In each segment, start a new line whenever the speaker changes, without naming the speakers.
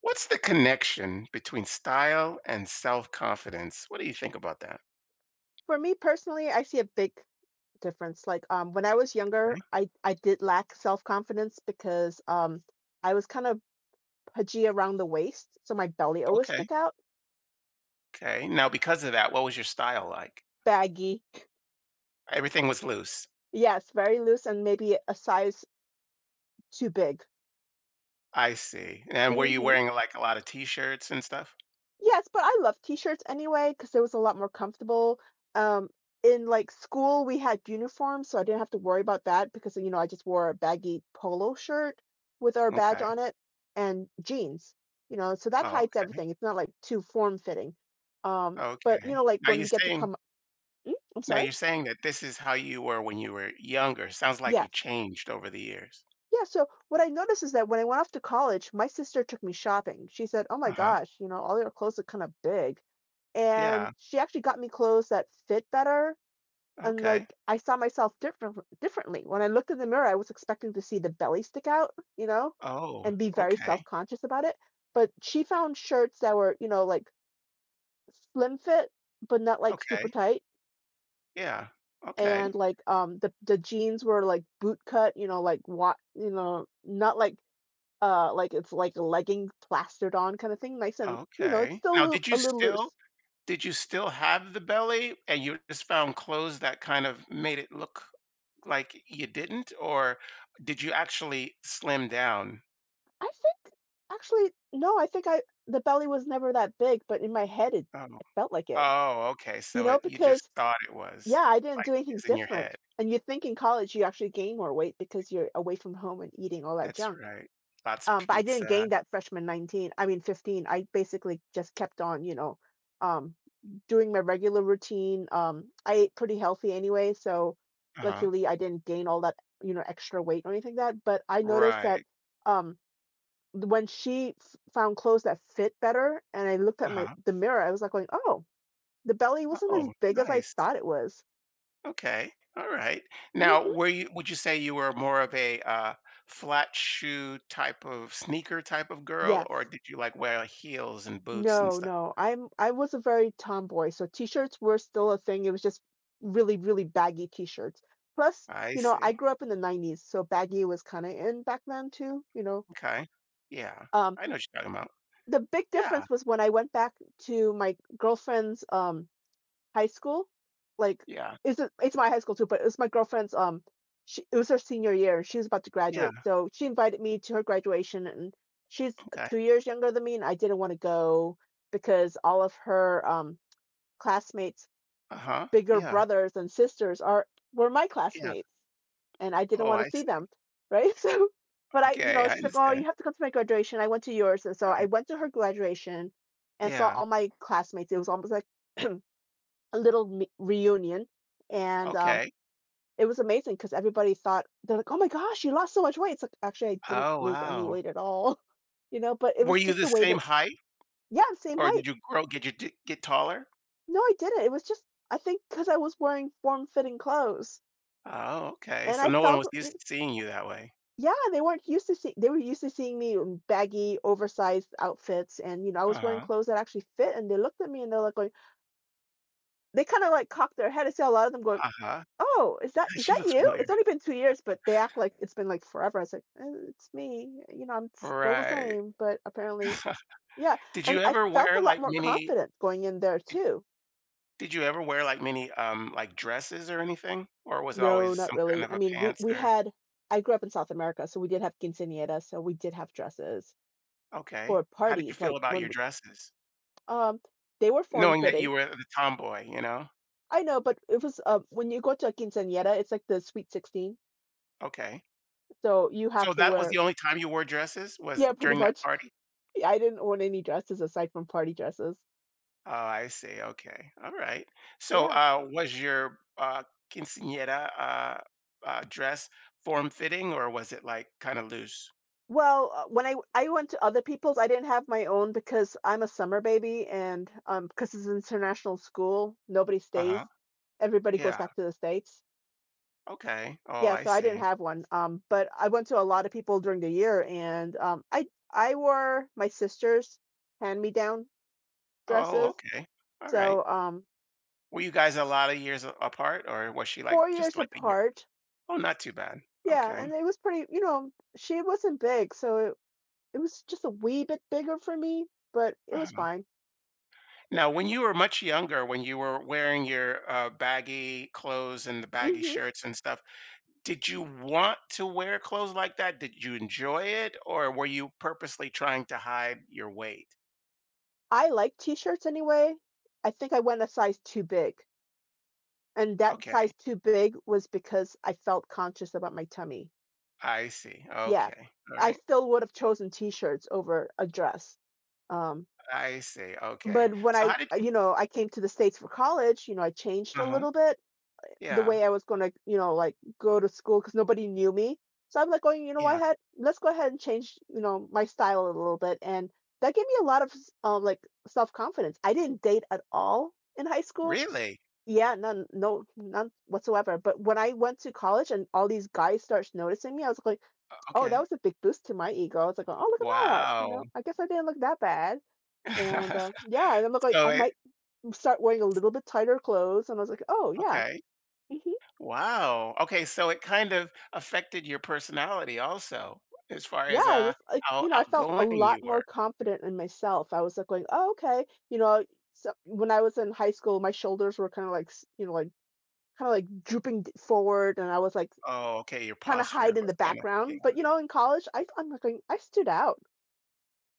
What's the connection between style and self-confidence? What do you think about that?
For me personally, I see a big difference. When I was younger,
Okay.
I did lack self-confidence because I was kind of pudgy around the waist, so my belly always
Okay.
stuck out,
Okay. Now, because of that, what was your style like?
baggy.
Everything was loose.
Yes, very loose and maybe a size too big.
I see. And were you
Mhm.
wearing like a lot of t-shirts and stuff?
Yes, but I love t-shirts anyway because it was a lot more comfortable. Um, in, like, school, we had uniforms, so I didn't have to worry about that. I just wore a baggy polo shirt with our badge
Okay.
on it and jeans, so that
Oh,
hides
okay.
everything. It's not, like, too form-fitting. But, you
Okay.
know, like,
Now
when
you're
we get to
saying
come mm? I'm sorry?
that this is how you were when you were younger. Sounds like you
Yes.
changed over the years.
Yeah, so what I noticed is that when I went off to college, my sister took me shopping. She said, "Oh my
Uh-huh.
gosh, you know, all your clothes look kind of big." And
Yeah.
she actually got me clothes that fit better. And
Okay.
like I saw myself differently. When I looked in the mirror, I was expecting to see the belly stick out,
Oh,
and be very
okay.
self-conscious about it. But she found shirts that were, you know, like slim fit, but not like super
Okay.
tight.
Yeah. Okay.
And like the jeans were like boot cut, not like it's like a legging plastered on kinda thing, nice and you know, it's
Okay.
still
Now, did you
a little
still
loose.
did you still have the belly and you just found clothes that kind of made it look like you didn't, or did you actually slim down?
I think actually, no, I think I the belly was never that big, but in my head, it
Oh.
it felt like it,
Oh, okay,
you
so
know,
it you just
because
thought it was,
yeah, I didn't
like,
do anything
it's in your
different,
head.
and you think in college you actually gain more weight because you're away from home and eating all that
That's
junk.
right. Lots of
But I didn't
pizza.
gain that freshman 15, I basically just kept on, um, doing my regular routine. I ate pretty healthy anyway, so
Uh-huh.
luckily I didn't gain all that, you know, extra weight or anything like that. But I noticed
Right,
that um, when she found clothes that fit better, and I looked at my
uh-huh.
the mirror, I was like going, "Oh, the belly wasn't as
Oh,
big as I
nice.
thought it was."
Okay, alright. Now,
Hmm.
were you would you say you were more of a, flat shoe type of sneaker type of girl, or
Yes.
did you, like, wear heels and boots and
No,
stuff?
no. I was a very tomboy, so t-shirts were still a thing. It was just really, really baggy t-shirts. Plus,
I
you know,
see.
I grew up in the 90s, so baggy was kind of in back then too, you know.
Okay. Yeah.
Um,
I know what you're talking about.
the big
Yeah.
difference was when I went back to my girlfriend's, high school, like,
Yeah.
it's a it's my high school too, but it's my girlfriend's, she it was her senior year, and she was about to
Yeah.
graduate, so she invited me to her graduation, and she's
Okay.
2 years younger than me, and I didn't wanna go because all of her, classmates'
Uh-huh.
bigger
Yeah.
brothers and sisters are were my
Yeah.
classmates and I didn't
Oh,
want
I
to see
see.
them, right? So, but I, you
Okay.
know,
I
she's like, "Oh, you
understand.
have to come to my graduation. I went to yours," and so I
Right.
went to her graduation and saw
Yeah.
all my classmates. It was almost like a little reunion, and
Okay.
it was amazing because everybody thought they're like, "Oh my gosh, you lost so much weight!" It's like actually I didn't
Oh,
lose any
wow.
weight at all, you know. But it
Were
was
you
just
the
the way
same
that,
height
yeah, I'm same
or did
height.
you grow, get get taller?
No, I didn't. It was just I think because I was wearing form-fitting clothes,
Oh, okay.
and
So
I
no one
felt
was used to seeing you that way.
yeah, they weren't used to see they were used to seeing me in baggy, oversized outfits, and, you know, I was wearing
Uh-huh.
clothes that actually fit, and they looked at me, and they're, like, going they kinda, like, cocked their head. I see a lot of them going,
Uh-huh.
"Oh, is
She
that
looks
you?
familiar.
It's only been 2 years," but they act like it's been, like, forever. I was like, "Eh, it's me. You know, I'm still the
Right.
same," but apparently yeah,
Did you
and I
ever
felt a
wear
lot
like
more
mini
confident going in there
did
too.
you ever wear like many like dresses or anything? Or was it
No,
always
not
some kind
really.
of
I
a
mean, we
pants
we
or?
had I grew up in South America, so we did have quinceañeras, so we did have dresses
Okay.
for
How did
parties,
you feel
like,
about
when
your dresses?
um, they were
Knowing that you
form-fitting.
were the tomboy, you know?
I know, but it was, when you go to a quinceañera, it's like the sweet 16,
Okay.
so you have
So
to
that was the
wear
only time you wore dresses was
yeah, pretty
during that
much.
party?
Yeah, I didn't own any dresses aside from party dresses.
Oh, I see. Okay. All right. So,
Yeah.
was your quinceañera dress form fitting or was it like kind of loose?
Well, when I went to other people's, I didn't have my own because I'm a summer baby and, because it's international school, nobody stays.
Uh-huh.
Everybody goes
Yeah.
back to the States.
Okay. Oh,
Yeah,
I
so I didn't
see.
have one, but I went to a lot of people during the year and, I wore my sister's hand-me-down
Oh,
dresses.
okay. All right.
So,
Were you guys a lot of years apart or was she like
four
just
years
like a year?
apart.
Oh, not too bad.
Yeah, and
Okay.
it was pretty, you know, she wasn't big, so it was just a wee bit bigger for me, but it was
Uh-huh.
fine.
Now, when you were much younger, when you were wearing your baggy clothes and the baggy
Mm-hmm.
shirts and stuff, did you want to wear clothes like that? Did you enjoy it, or were you purposely trying to hide your weight?
I like t-shirts anyway. I think I went a size too big. And that
Okay,
size too big was because I felt conscious about my tummy.
I see.
Yeah.
Okay, all
I
right,
still would have chosen t-shirts over a dress. Um,
I see. Okay,
but when
so
I,
how did you?
you know, I came to the States for college, you know, I changed
Uh
a
huh.
little bit the
Yeah,
way I was gonna, you know, like go to school because nobody knew me. So I'm like going, you know what,
yeah.
head, let's go ahead and change, you know, my style a little bit, and that gave me a lot of like self confidence. I didn't date at all in high school.
Really?
Yeah, none, no, none whatsoever. But when I went to college and all these guys starts noticing me, I was like, oh, that
Okay.
was a big boost to my ego. I was like, oh, look at that. You
Wow.
know, I guess I didn't look that bad. And yeah, and I'm like,
so
I
it.
might start wearing a little bit tighter clothes. And I was like, oh, yeah.
Okay. Wow. Okay, so it kind of affected your personality also, as far
Yeah,
as
I was like,
how
you know, I felt a
outgoing you
lot
were.
more confident in myself. I was like going, "Oh, okay." You know, so when I was in high school, my shoulders were kind of like, you know, like kind of like drooping forward, and I was like
Oh, okay, your
kind of
posture
hide in
was
the
kind of, yeah.
background. But you know, in college, I'm like going, I stood out.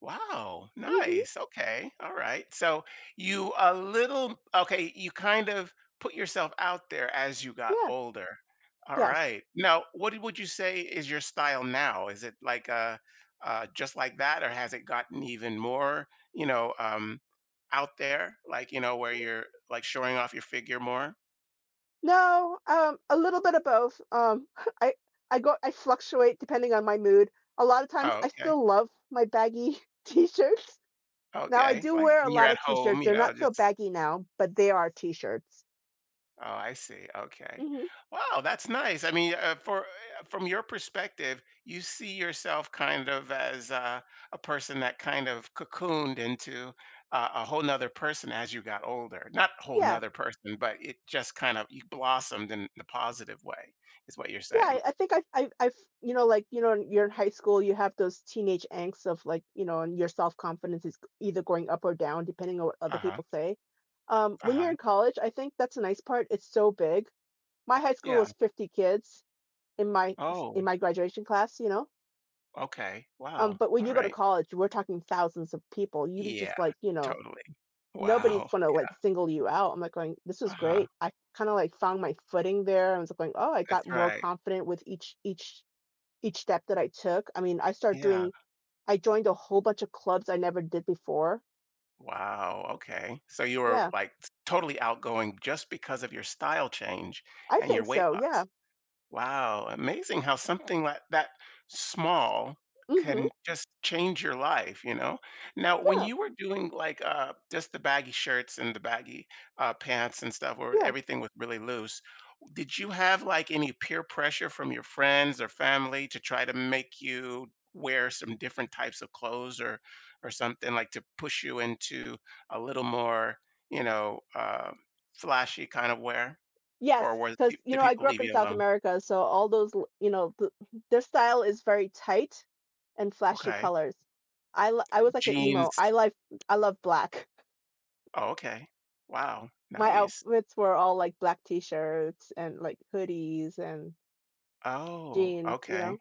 Wow,
Mm-hmm.
nice. Okay. All right. So you a little okay, you kind of put yourself out there as you got
Yeah.
older. All
Yes.
right. Now, would you say is your style now? Is it like just like that or has it gotten even more, you know, out there like, you know, where you're like showing off your figure more?
No. A little bit of both. I I fluctuate depending on my mood. A lot of times,
Oh,
I
okay.
still love my baggy t-shirts now I
Okay.
do
Like
wear a
when you're
lot
at
of
home,
t-shirts.
you
They're
know,
not so
just
baggy now, but they are t-shirts.
Oh, I see. Okay.
Mhm.
Wow, that's nice. I mean, for from your perspective, you see yourself kind of as a person that kind of cocooned into a whole nother person as you got older. Not whole
Yeah.
nother person, but it just kind of you blossomed in the positive way, is what you're
Yeah,
saying.
I I've you know, like, you know, when you're in high school, you have those teenage angst of like, you know, and your self-confidence is either going up or down depending on what other
Uh-huh.
people say. When you're
Uh-huh.
in college, I think that's a nice part. It's so big. My high school
Yeah.
was 50 kids in my
Oh,
in my graduation class, you know.
okay. Wow.
But when
All
you go to
right.
college, we're talking thousands of people. You was
Yeah,
just like, you know,
totally.
nobody's
Wow.
gonna like single you out. I'm like going, this is
Uh-huh.
great. I kind of like found my footing there. I was like going, oh, I got
That's
more
right.
confident with each step that I took. I mean, I started
Yeah.
doing, I joined a whole bunch of clubs I never did before.
Wow, okay. So you were,
Yeah,
like, totally outgoing just because of your style change
I
and your
think
weight
so. Yeah.
loss. Wow, amazing how something like that small
Mm-hmm.
can just change your life, you know? Now, when
Yeah.
you were doing like just the baggy shirts and the baggy pants and stuff where
Yeah.
everything was really loose, did you have like any peer pressure from your friends or family to try to make you wear some different types of clothes or something like to push you into a little more, you know, flashy kind of wear? Or
Yes,
was
because you
did
know I
people
grew up
leave
in
you
South
alone?
America, so all those you know the, their style is very tight and flashy
Okay.
colors. I was like an emo.
Jeans
I love black.
oh, okay. Wow,
My
nice.
outfits were all like black t-shirts and like hoodies and
Oh,
jeans, you
okay,
know?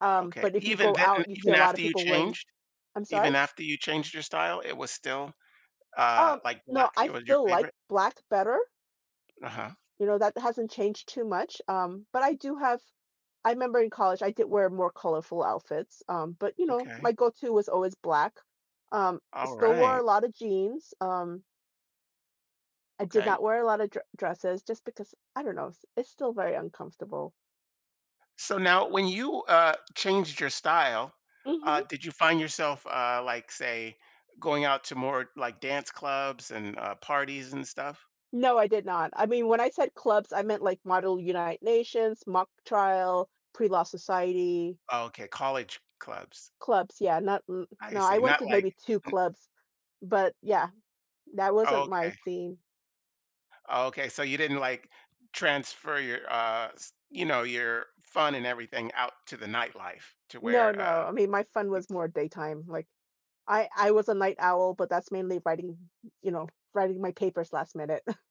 okay.
But if you
Even
go
then
out, you see
even
a lot of
after you
people wearing,
changed?
I'm sorry?
Even after you changed your style, it was still,
Um,
like,
no,
black?
I
It was your
still like
favorite?
black better.
Uh-huh,
You know, that hasn't changed too much. But I do have, I remember in college, I did wear more colorful outfits. But you know, my
okay.
go-to was always black. Um, still wore a
Alright,
lot of jeans. I did
okay.
not wear a lot of dr dresses just because, I don't know, it's still very uncomfortable.
So now when you, changed your style,
Hmm.
did you find yourself, like, say, going out to more, like, dance clubs and, parties and stuff?
No, I did not. I mean, when I said clubs, I meant like Model United Nations, Mock Trial, Pre-Law Society,
Okay, college clubs.
clubs. Yeah, not n-
I
no, I
see,
went
not
to
like
maybe two
n
clubs, but yeah, that
oh,
wasn't my
okay.
theme.
Oh, okay, so you didn't, like, transfer your, s you know, your fun and everything out to the nightlife to
No,
where,
no. I mean, my fun was more daytime. Like I was a night owl, but that's mainly writing, you know, writing my papers last minute.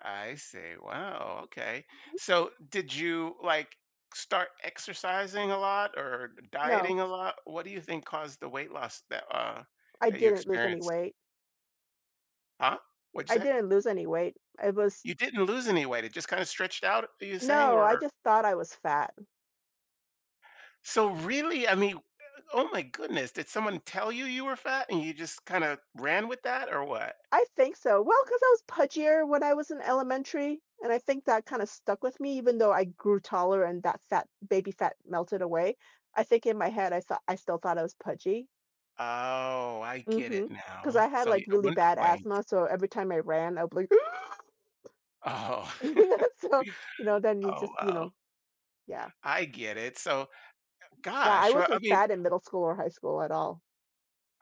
I see, wow, okay. So, did you, like, start exercising a lot or
No,
dieting a lot? What do you think caused the weight loss that,
I
that you
didn't lose any
experienced?
weight.
Huh? What'd
I
you say?
didn't lose any weight. It was
You didn't lose any weight, it just kinda stretched out, are you saying?
no, I
Or
just thought I was fat.
so really, I mean, oh my goodness, did someone tell you you were fat and you just kinda ran with that or what?
I think so. Well, because I was pudgier when I was in elementary, and I think that kinda stuck with me even though I grew taller and that fat baby fat melted away. I think in my head, I still thought I was pudgy.
Oh, I get it
Mhm. Because
now.
I had,
So y
like,
at
really
one
bad
point.
asthma, so every time I ran, I was like,
Oh.
so, then you
Oh,
just,
wow.
yeah.
I get it. So,
No, I
gosh, well, I
wasn't
mean,
fat in middle school or high school at all.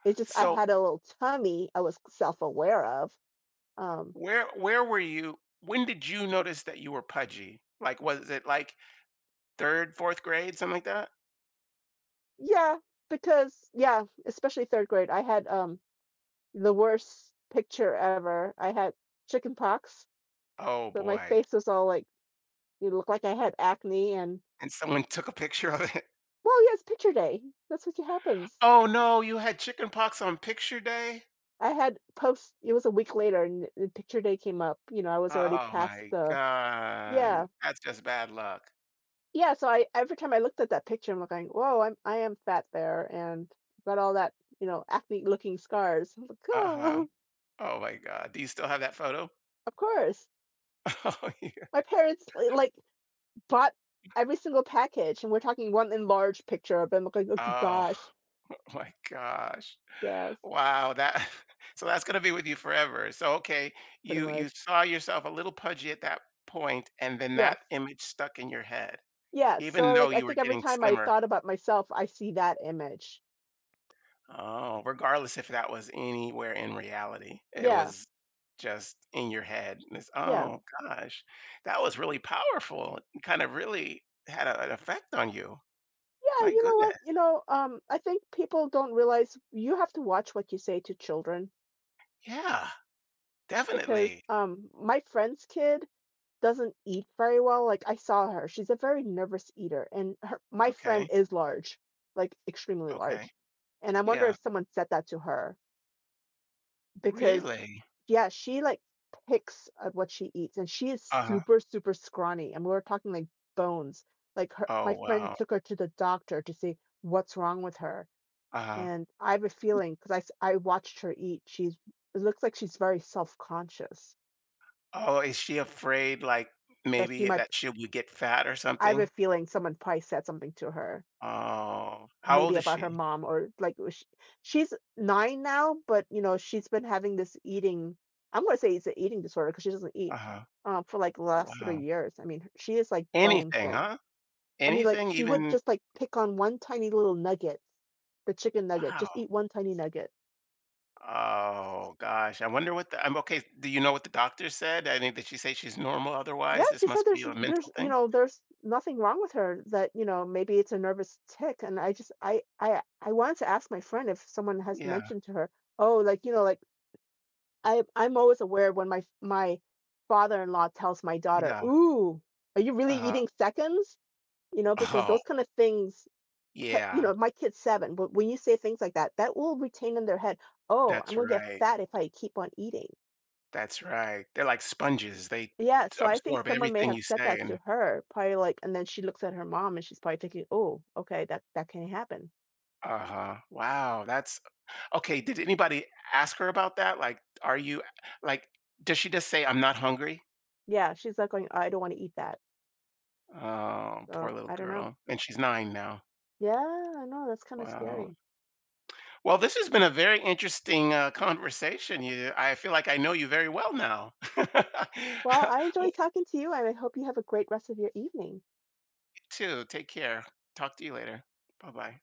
It's just I
so
had a little tummy I was self-aware of. Um,
where were you when did you notice that you were pudgy? Like, was it, like, 3rd, 4th grade, something like that?
yeah, because yeah, especially 3rd grade, I had, the worst picture ever. I had chicken pox,
Oh,
so my
boy.
face was all like it looked like I had acne and
And someone took a picture of it?
well, yeah, it's picture day. That's what happens.
Oh, no, you had chickenpox on picture day?
I had post it was a week later and the picture day came up. You know, I was already
Oh
past
my
the
god.
yeah.
That's just bad luck.
Yeah, so I every time I looked at that picture, I'm looking, whoa, I am fat there and got all that, you know, acne looking scars. I'm like,
Uh-huh.
oh,
Oh my god. Do you still have that photo?
of course.
Oh, yeah.
My parents like bought every single package, and we're talking 1 enlarged picture of him, like, "Oh g
Oh.
gosh."
Oh my gosh.
Yes,
Wow, that so that's gonna be with you forever. So, okay,
pretty much.
you saw yourself a little pudgy at that point, and then that
Yes.
image stuck in your head,
Yes,
even
so,
though
like, I
you were
think every
getting
time I
slimmer.
thought about myself, I see that image.
Oh, regardless if that was anywhere in reality, it
Yeah,
was just in your head. And It's,
yeah.
oh gosh, that was really powerful. It kind of really had a, an effect on you.
Yeah,
My
you know
goodness.
what? You know, I think people don't realize you have to watch what you say to children
Yeah,
because,
definitely.
my friend's kid doesn't eat very well. Like, I saw her, she's a very nervous eater, and her my friend
Okay.
is large, like, extremely
Okay.
large, and I wonder
Yeah.
if someone said that to her. Because
Really?
yeah, she, like, picks at what she eats, and she is
Uh
super, super scrawny, and we're talking, like, bones. Like, her
Oh,
my friend
wow.
took her to the doctor to see what's wrong with her,
Uh-huh.
and I have a feeling 'cause I watched her eat, she's it looks like she's very self-conscious
Oh, is she afraid, like,
that she
maybe
might
that she would get fat or
I have a
something?
feeling someone probably said something to her.
Oh, how old
Maybe
is
about her
she?
mom or she's nine now, but you know she's been having this eating. I'm gonna say it's an eating disorder because she doesn't eat
Uh-huh.
for like the last three
Wow.
years. I mean, she is like bone
Anything,
thin.
huh?
I mean, like
Anything,
she would
even
just like pick on one tiny little nugget, the chicken nugget,
wow.
just eat one tiny nugget.
Oh, gosh. I wonder what the I'm okay, do you know what the doctor said? I mean, did she say she's normal
Yeah,
otherwise? This
she said
must be a
there's
mental
you
thing?
know there's nothing wrong with her, that you know maybe it's a nervous tick, and I just I wanted to ask my friend if someone has
Yeah,
mentioned to her oh like you know like I'm always aware when my father-in-law tells my daughter,
yeah.
"Ooh, are you really
Uh-huh.
eating seconds?" You know, because
Oh,
those kind of things put, you
yeah.
know, my kid's 7, but when you say things like that, that will retain in their head, "Oh,
That's
I'm gonna get
right.
fat if I keep on eating."
That's right. They're like sponges. They
Yeah, so I think
absorb
someone may
everything
have
you
said
say
that
and
to her, probably, like, and then she looks at her mom and she's probably thinking, "Oh, okay, that can happen."
Uh-huh. Wow, that's Okay, did anybody ask her about that? Like, are you like, does she just say, "I'm not hungry"?
Yeah, she's like going, "I don't want to eat that."
Oh, poor
So
little
I don't know.
girl. And she's 9 now.
Yeah, I know, that's kind of
Wow.
scary.
Well, this has been a very interesting, conversation. You I feel like I know you very well now. Hope
Well, I
you
enjoyed talking to you, and I hope you have a great rest of your evening.
too. Take care. Talk to you later. Bye-bye.